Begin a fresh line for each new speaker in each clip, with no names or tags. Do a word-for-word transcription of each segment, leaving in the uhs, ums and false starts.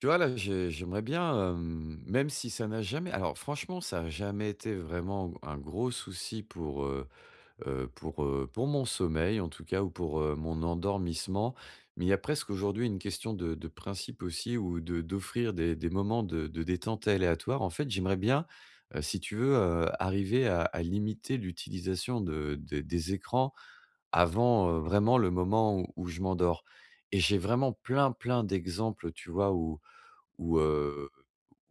Tu vois, là, j'ai j'aimerais bien, hem, même si ça n'a jamais alors franchement, ça n'a jamais été vraiment un gros souci pour, heu heu, pour, heu, pour mon sommeil en tout cas ou pour, heu, mon endormissement. Mais il y a presque aujourd'hui une question de de principe aussi ou de d'offrir des des moments de de détente aléatoire. En fait, j'aimerais bien, heu, si tu veux, heu, arriver à à limiter l'utilisation de des des écrans avant, heu, vraiment le moment où où je m'endors. Et j'ai vraiment plein, plein d'exemples, tu vois, où où, heu,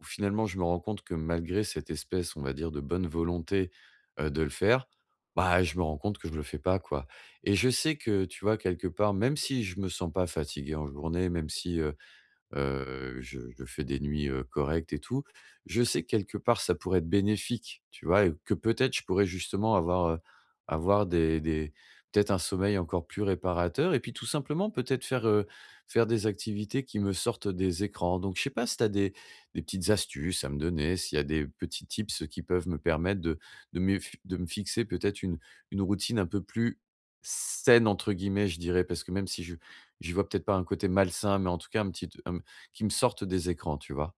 où finalement je me rends compte que malgré cette espèce, on va dire, de bonne volonté, heu, de le faire, bah, je me rends compte que je le fais pas, quoi. Et je sais que, tu vois, quelque part, même si je me sens pas fatigué en journée, même si, heu, je je fais des nuits, heu, correctes et tout. Je sais que quelque part ça pourrait être bénéfique, tu vois? Et que peut-être je pourrais justement avoir, heu, avoir des des peut-être un sommeil encore plus réparateur et puis tout simplement peut-être faire, heu, faire des activités qui me sortent des écrans. Donc je sais pas si tu as des des petites astuces à me donner, s'il y a des petits tips qui peuvent me permettre de de me de me fixer peut-être une une routine un peu plus «saine» entre guillemets, je dirais, parce que même si je j'y vois peut-être pas un côté malsain, mais en tout cas un petit qui me sortent des écrans, tu vois?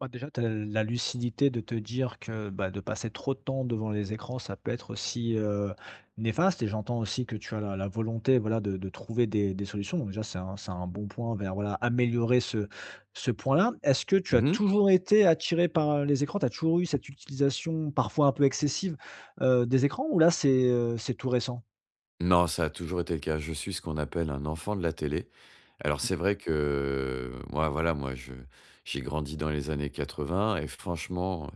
Bah, déjà, tu as la lucidité de te dire que, bah, de passer trop de temps devant les écrans, ça peut être aussi, heu, néfaste. Et j'entends aussi que tu as la la volonté, voilà, de de trouver des des solutions. Donc déjà, c'est un c'est un bon point vers, voilà, améliorer ce ce point-là. Est-ce que tu as
Mmh.
toujours été attiré par les écrans? Tu as toujours eu cette utilisation parfois un peu excessive, heu, des écrans, ou là, c'est, heu, c'est tout récent?
Non, ça a toujours été le cas. Je suis ce qu'on appelle un enfant de la télé. Alors
Mmh,
c'est vrai que, moi, voilà, moi, je j'ai grandi dans les années quatre-vingts et franchement,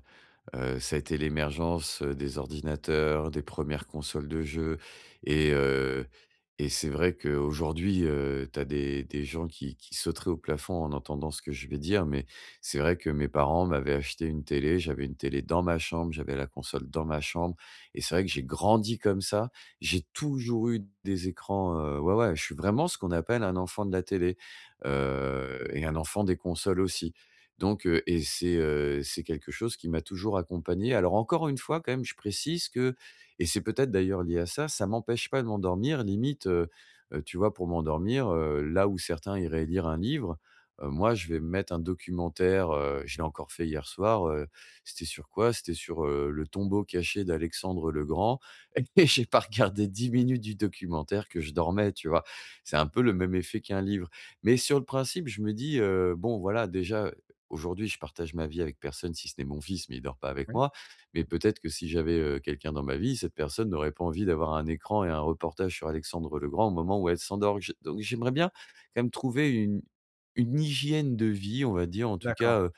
Heu, ça a été l'émergence, euh, des ordinateurs, des premières consoles de jeux et heu et c'est vrai qu'aujourd'hui, heu, tu as des des gens qui qui sauteraient au plafond en entendant ce que je vais dire, mais c'est vrai que mes parents m'avaient acheté une télé, j'avais une télé dans ma chambre, j'avais la console dans ma chambre et c'est vrai que j'ai grandi comme ça. J'ai toujours eu des écrans, heu, ouais, ouais, je suis vraiment ce qu'on appelle un enfant de la télé, heu et un enfant des consoles aussi. Donc heu et c'est, heu, c'est quelque chose qui m'a toujours accompagné. Alors encore une fois, quand même, je précise que et c'est peut-être d'ailleurs lié à ça, ça m'empêche pas de m'endormir. Limite, heu heu, tu vois, pour m'endormir, heu, là où certains iraient lire un livre, heu, moi, je vais me mettre un documentaire, heu, je l'ai encore fait hier soir, heu, c'était sur quoi? C'était sur, heu, le tombeau caché d'Alexandre le Grand et j'ai pas regardé dix minutes du documentaire que je dormais, tu vois? C'est un peu le
d'accord.
même effet qu'un livre, mais sur le principe, je me dis, heu: «Bon, voilà, déjà, aujourd'hui, je partage ma vie avec personne, si ce n'est mon fils, mais il dort pas avec
Oui,
moi. Mais peut-être que si j'avais, heu, quelqu'un dans ma vie, cette personne n'aurait pas envie d'avoir un écran et un reportage sur Alexandre le Grand au moment où elle s'endort. J Donc j'aimerais bien quand même trouver une une hygiène de vie, on va dire, en tout
d'accord.
cas, heu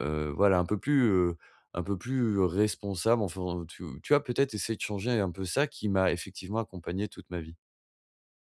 heu, voilà, un peu plus, heu, un peu plus, responsable, enfin, tu tu vois, peut-être essayer de changer un peu ça qui m'a effectivement accompagné toute ma vie.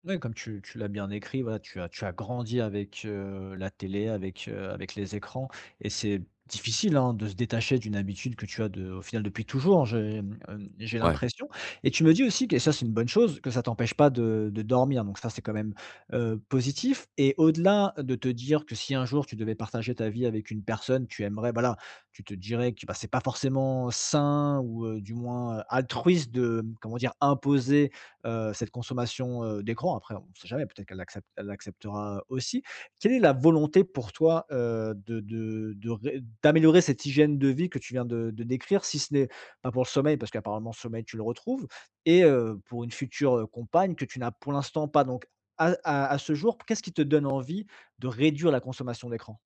Oui, comme tu tu l'as bien écrit, voilà, tu as tu as grandi avec, heu, la télé, avec, heu, avec les écrans, et c'est difficile, hein, de se détacher d'une habitude que tu as de au final depuis toujours, j'ai, hem, j'ai
Ouais.
l'impression. Et tu me dis aussi que, et ça c'est une bonne chose, que ça t'empêche pas de de dormir, donc ça c'est quand même, heu, positif. Et au-delà de te dire que si un jour tu devais partager ta vie avec une personne, tu aimerais, voilà, tu te dirais que, bah, c'est pas forcément sain ou, heu, du moins, heu, altruiste de, comment dire? Imposer heu, cette consommation, heu, d'écran. Après, on ne sait jamais, peut-être qu'elle accepte elle acceptera aussi. Quelle est la volonté pour toi, heu, de de de ré d'améliorer cette hygiène de vie que tu viens de de décrire? Si ce n'est pas pour le sommeil, parce qu'apparemment le sommeil, tu le retrouves, et heu, pour une future, heu, compagne que tu n'as pour l'instant pas. Donc à à à ce jour, qu'est-ce qui te donne envie de réduire la consommation d'écran?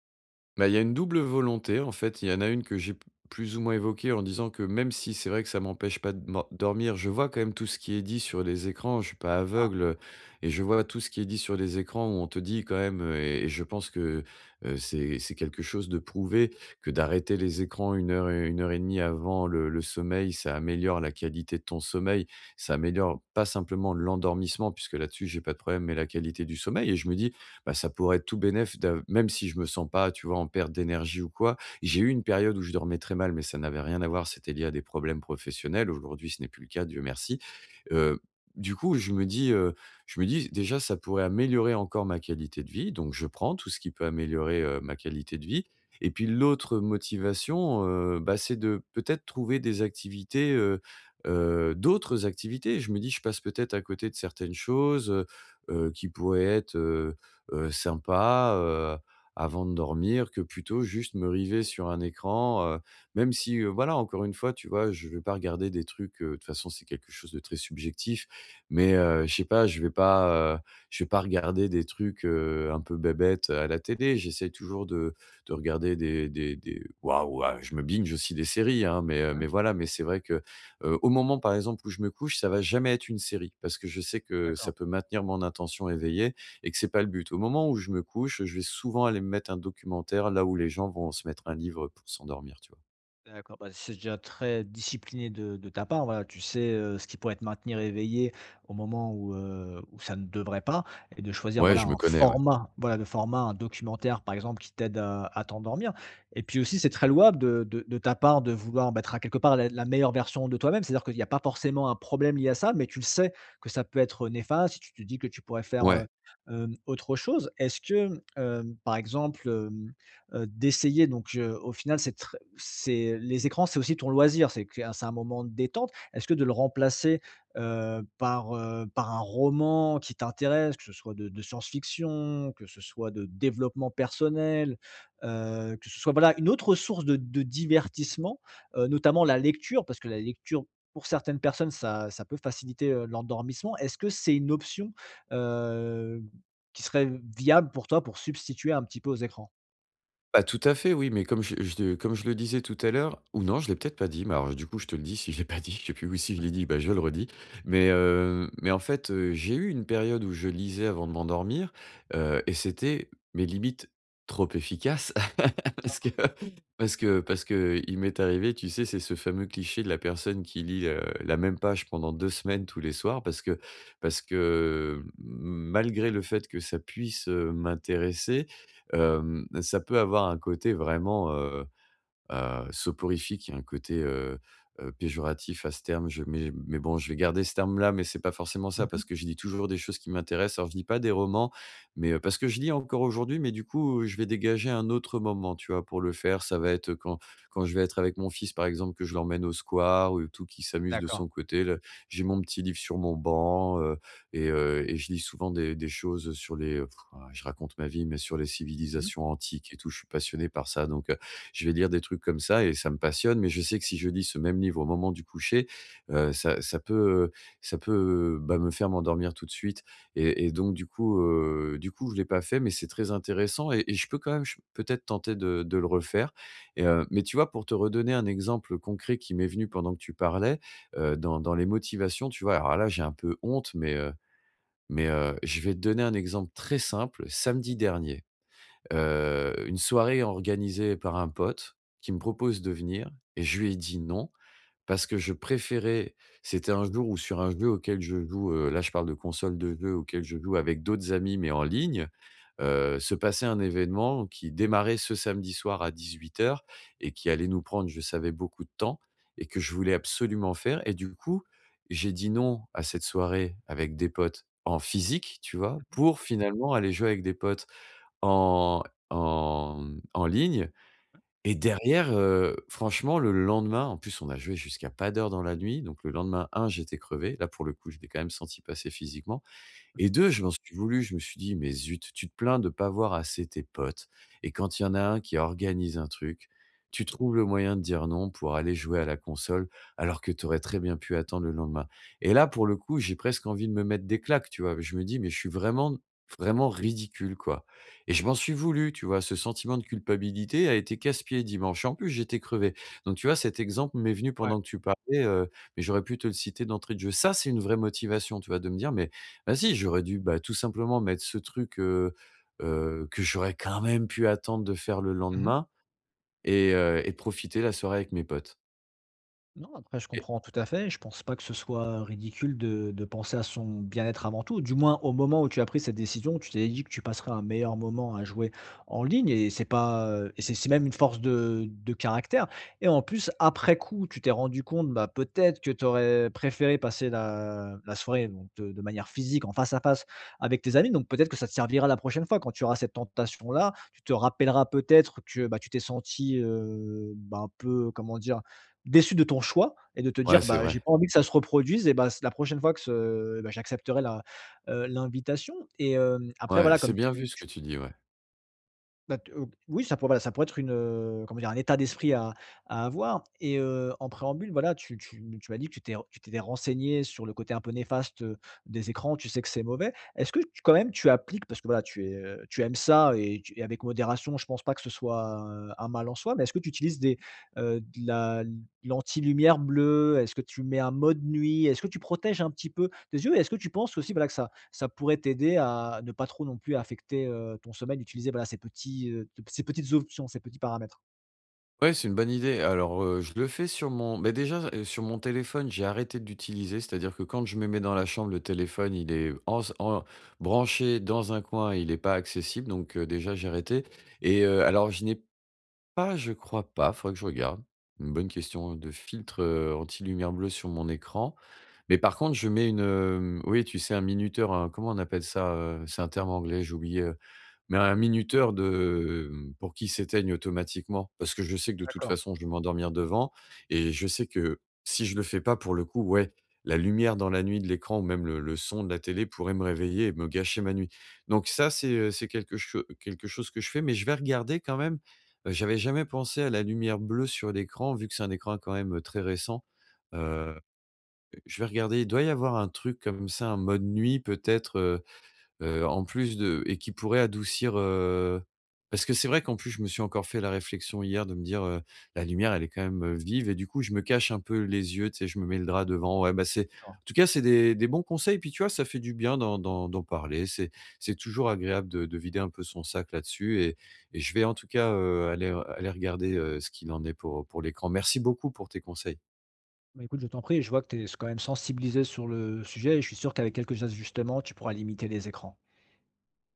Bah, il y a une double volonté, en fait. Il y en a une que j'ai p plus ou moins évoquée en disant que même si c'est vrai que ça m'empêche pas de mor dormir, je vois quand même tout ce qui est dit sur les écrans. Je suis pas
Ah,
aveugle, et je vois tout ce qui est dit sur les écrans où on te dit quand même, heu et et je pense que, heu, c'est c'est quelque chose de prouvé que d'arrêter les écrans une heure et une heure et demie avant le le sommeil, ça améliore la qualité de ton sommeil. Ça améliore pas simplement l'endormissement puisque là-dessus j'ai pas de problème, mais la qualité du sommeil et je me dis, bah, ça pourrait être tout bénef d'av même si je me sens pas, tu vois, en perte d'énergie ou quoi. J'ai eu une période où je dormais très mal, mais ça n'avait rien à voir, c'était lié à des problèmes professionnels. Aujourd'hui, ce n'est plus le cas, Dieu merci. Heu, du coup, je me dis, heu, je me dis: «Déjà, ça pourrait améliorer encore ma qualité de vie», donc je prends tout ce qui peut améliorer, heu, ma qualité de vie et puis l'autre motivation, heu, bah, c'est de peut-être trouver des activités, heu heu, d'autres activités. Je me dis: «Je passe peut-être à côté de certaines choses», heu heu, qui pourraient être, heu, sympa, heu, avant de dormir que plutôt juste me river sur un écran, heu, même si, heu, voilà, encore une fois, tu vois, je vais pas regarder des trucs, heu, de toute façon, c'est quelque chose de très subjectif, mais, heu, je sais pas, je vais pas, heu, je vais pas regarder des trucs, heu, un peu bébêtes à la télé. J'essaie toujours de de regarder des des des waouh, ah, je me binge aussi des séries, hein, mais, heu,
ouais,
mais voilà, mais c'est vrai que, heu, au moment, par exemple, où je me couche, ça va jamais être une série parce que je sais que ça
d'accord.
peut maintenir mon attention éveillée et que c'est pas le but. Au moment où je me couche, je vais souvent aller me mettre un documentaire là où les gens vont se mettre un livre pour s'endormir, tu vois?
D'accord, bah, c'est déjà très discipliné de de ta part, voilà, tu sais, heu, ce qui pourrait te maintenir éveillé au moment où, heu, où ça ne devrait pas, et de choisir,
Ouais,
voilà,
je me
un
connais, ouais.
format, voilà, de format, un documentaire, par exemple, qui t'aide à à t'endormir. Et puis aussi, c'est très louable de de de ta part de vouloir, bah, être à quelque part la la meilleure version de toi-même. C'est-à-dire qu'il y a pas forcément un problème lié à ça, mais tu le sais que ça peut être néfaste si tu te dis que tu pourrais faire, heu,
Ouais.
hem, autre chose. Est-ce que, hem, par exemple, heu, d'essayer, donc heu, au final, c'est très c'est les écrans, c'est aussi ton loisir, c'est que c'est un moment de détente. Est-ce que de le remplacer, heu, par, heu, par un roman qui t'intéresse, que ce soit de de science-fiction, que ce soit de développement personnel, heu, que ce soit, voilà, une autre source de de divertissement, heu, notamment la lecture, parce que la lecture, pour certaines personnes, ça ça peut faciliter, heu, l'endormissement. Est-ce que c'est une option, heu, qui serait viable pour toi, pour substituer un petit peu aux écrans?
Bah, tout à fait, oui, mais comme je je comme je le disais tout à l'heure ou non, je l'ai peut-être pas dit, mais alors du coup, je te le dis si je l'ai pas dit, je sais plus ou si je l'ai dit, bah, je le redis. Mais heu, mais en fait, heu, j'ai eu une période où je lisais avant de m'endormir, heu et c'était mes limites trop efficaces parce que parce que parce que il m'est arrivé, tu sais, c'est ce fameux cliché de la personne qui lit, heu, la même page pendant deux semaines tous les soirs parce que parce que, malgré le fait que ça puisse, heu, m'intéresser, Hem, ça peut avoir un côté vraiment, heu, heu, soporifique. Il y a un côté, heu heu, péjoratif à ce terme, je mais mais bon, je vais garder ce terme-là, mais c'est pas forcément ça
Mmh.
parce que je lis toujours des choses qui m'intéressent. Alors je lis pas des romans, mais heu, parce que je lis encore aujourd'hui, mais du coup, je vais dégager un autre moment, tu vois, pour le faire. Ça va être quand quand je vais être avec mon fils, par exemple, que je l'emmène au square ou tout, qu'il s'amuse de
D'accord.
son côté. Le J'ai mon petit livre sur mon banc, heu et heu et je lis souvent des des choses sur les, heu, je raconte ma vie, mais sur les
Mmh.
civilisations antiques et tout. Je suis passionné par ça donc euh, je vais lire des trucs comme ça et ça me passionne, mais je sais que si je lis ce même livre au moment du coucher, heu, ça ça peut, ça peut, bah, me faire m'endormir tout de suite et et donc du coup, heu, du coup, je ne l'ai pas fait, mais c'est très intéressant et et je peux quand même, ch peut-être tenter de de le refaire et heu, mais tu vois, pour te redonner un exemple concret qui m'est venu pendant que tu parlais, heu, dans dans les motivations, tu vois? Alors là, j'ai un peu honte, mais heu mais heu, je vais te donner un exemple très simple. Samedi dernier, Heu, une soirée organisée par un pote qui me propose de venir, et je lui ai dit: «Non» parce que je préférais, c'était un jour où sur un jeu auquel je joue, heu, là je parle de console de jeu auquel je joue avec d'autres amis mais en ligne, heu, se passait un événement qui démarrait ce samedi soir à dix-huit heures et qui allait nous prendre, je savais, beaucoup de temps et que je voulais absolument faire. Et du coup, j'ai dit: «Non» à cette soirée avec des potes en physique, tu vois? Pour finalement aller jouer avec des potes en en en ligne. Et derrière, heu, franchement, le lendemain, en plus, on a joué jusqu'à pas d'heure dans la nuit, donc le lendemain, un, j'étais crevé. Là, pour le coup, je l'ai quand même senti passer physiquement et deux, je m'en suis voulu, je me suis dit: «Mais zut, tu te plains de pas voir assez tes potes et quand il y en a un qui organise un truc, tu trouves le moyen de dire non pour aller jouer à la console alors que tu aurais très bien pu attendre le lendemain». Et là, pour le coup, j'ai presque envie de me mettre des claques, tu vois? Je me dis: «Mais je suis vraiment, vraiment ridicule, quoi». Et je m'en suis voulu, tu vois? Ce sentiment de culpabilité a été casse-pied dimanche. En plus, j'étais crevé. Donc tu vois, cet exemple m'est venu
Ouais.
pendant que tu parlais, heu, mais j'aurais pu te le citer d'entrée de jeu. Ça, c'est une vraie motivation, tu vois? De me dire: «Mais bah si, j'aurais dû, bah, tout simplement mettre ce truc, heu heu, que j'aurais quand même pu attendre de faire le
Mmh mh.
lendemain et heu et de profiter la soirée avec mes potes».
Non, après je
Et
comprends tout à fait. Je pense pas que ce soit ridicule de de penser à son bien-être avant tout. Du moins au moment où tu as pris cette décision, tu t'es dit que tu passerais un meilleur moment à jouer en ligne, et c'est pas, heu et c'est, c'est même une force de de caractère. Et en plus après coup, tu t'es rendu compte, bah, peut-être que tu aurais préféré passer la la soirée donc de de manière physique, en face à face avec tes amis, donc peut-être que ça te servira la prochaine fois quand tu auras cette tentation-là. Tu te rappelleras peut-être que, bah, tu t'es senti, heu, bah, un peu, comment dire? Déçu de ton choix et de te
ouais,
dire:
c'est
«Bah, j'ai
vrai.
pas envie que ça se reproduise, et bah, c la prochaine fois que ce bah, j'accepterai la, heu, l'invitation.» Et, hem, après,
Ouais,
voilà,
c'est
comme
bien vu
tu,
ce que tu dis, ouais.
bah, t heu, oui, ça pourrait, voilà, ça pourrait être une, heu, comment dire? Un état d'esprit à à avoir. Et, heu, en préambule, voilà, tu tu tu m'as dit que tu t'es tu t'étais renseigné sur le côté un peu néfaste, heu, des écrans. Tu sais que c'est mauvais. Est-ce que tu quand même tu appliques, parce que, voilà, tu es, heu, tu aimes ça, et tu et avec modération, je pense pas que ce soit, heu, un mal en soi, mais est-ce que tu utilises des, heu, de la l'anti-lumière bleue? Est-ce que tu mets un mode nuit? Est-ce que tu protèges un petit peu tes yeux? Et est-ce que tu penses aussi, voilà, que ça ça pourrait t'aider à ne pas trop non plus affecter, heu, ton sommeil, d'utiliser, voilà, ces petits, heu, ces petites options, ces petits paramètres.
Ouais, c'est une bonne idée. Alors, heu, je le fais sur mon. Mais déjà, heu, sur mon téléphone, j'ai arrêté d'utiliser, c'est-à-dire que quand je me mets dans la chambre, le téléphone, il est en en branché dans un coin, il n'est pas accessible donc heu, déjà j'ai arrêté et heu, alors je n'ai ah, je crois pas, faudrait que je regarde. Une bonne question de filtre, heu, anti-lumière bleue sur mon écran. Mais par contre, je mets une, hem, oui, tu sais, un minuteur, un, comment on appelle ça, heu? C'est un terme anglais, j'ai oublié, mais un minuteur de, pour qu'il s'éteigne automatiquement, parce que je sais que de toute
D'accord.
façon, je vais m'endormir devant et je sais que si je le fais pas, pour le coup, ouais, la lumière dans la nuit de l'écran ou même le le son de la télé pourrait me réveiller et me gâcher ma nuit. Donc ça, c'est, heu, c'est quelque cho quelque chose que je fais, mais je vais regarder quand même, heu,
Mmh.
j'avais jamais pensé à la lumière bleue sur l'écran, vu que c'est un écran quand même, très récent. Heu, je vais regarder, il doit y avoir un truc comme ça, un mode nuit peut-être, Heu, en plus de, et qui pourrait adoucir, heu parce que c'est vrai qu'en plus je me suis encore fait la réflexion hier de me dire, heu: «La lumière elle est quand même, heu, vive» et du coup je me cache un peu les yeux, tu sais? Je me mets le drap devant. Ouais, bah, c'est,
D'accord.
en tout cas c'est des des bons conseils, puis tu vois, ça fait du bien d'en d'en d'en parler. C'est c'est toujours agréable de de vider un peu son sac là-dessus et et je vais en tout cas, heu, aller aller regarder, heu, ce qu'il en est pour, pour l'écran. Merci beaucoup pour tes conseils.
Bah, écoute, je t'en prie, je vois que tu es quand même sensibilisé sur le sujet et je suis sûr qu'avec quelques ajustements, tu pourras limiter les écrans.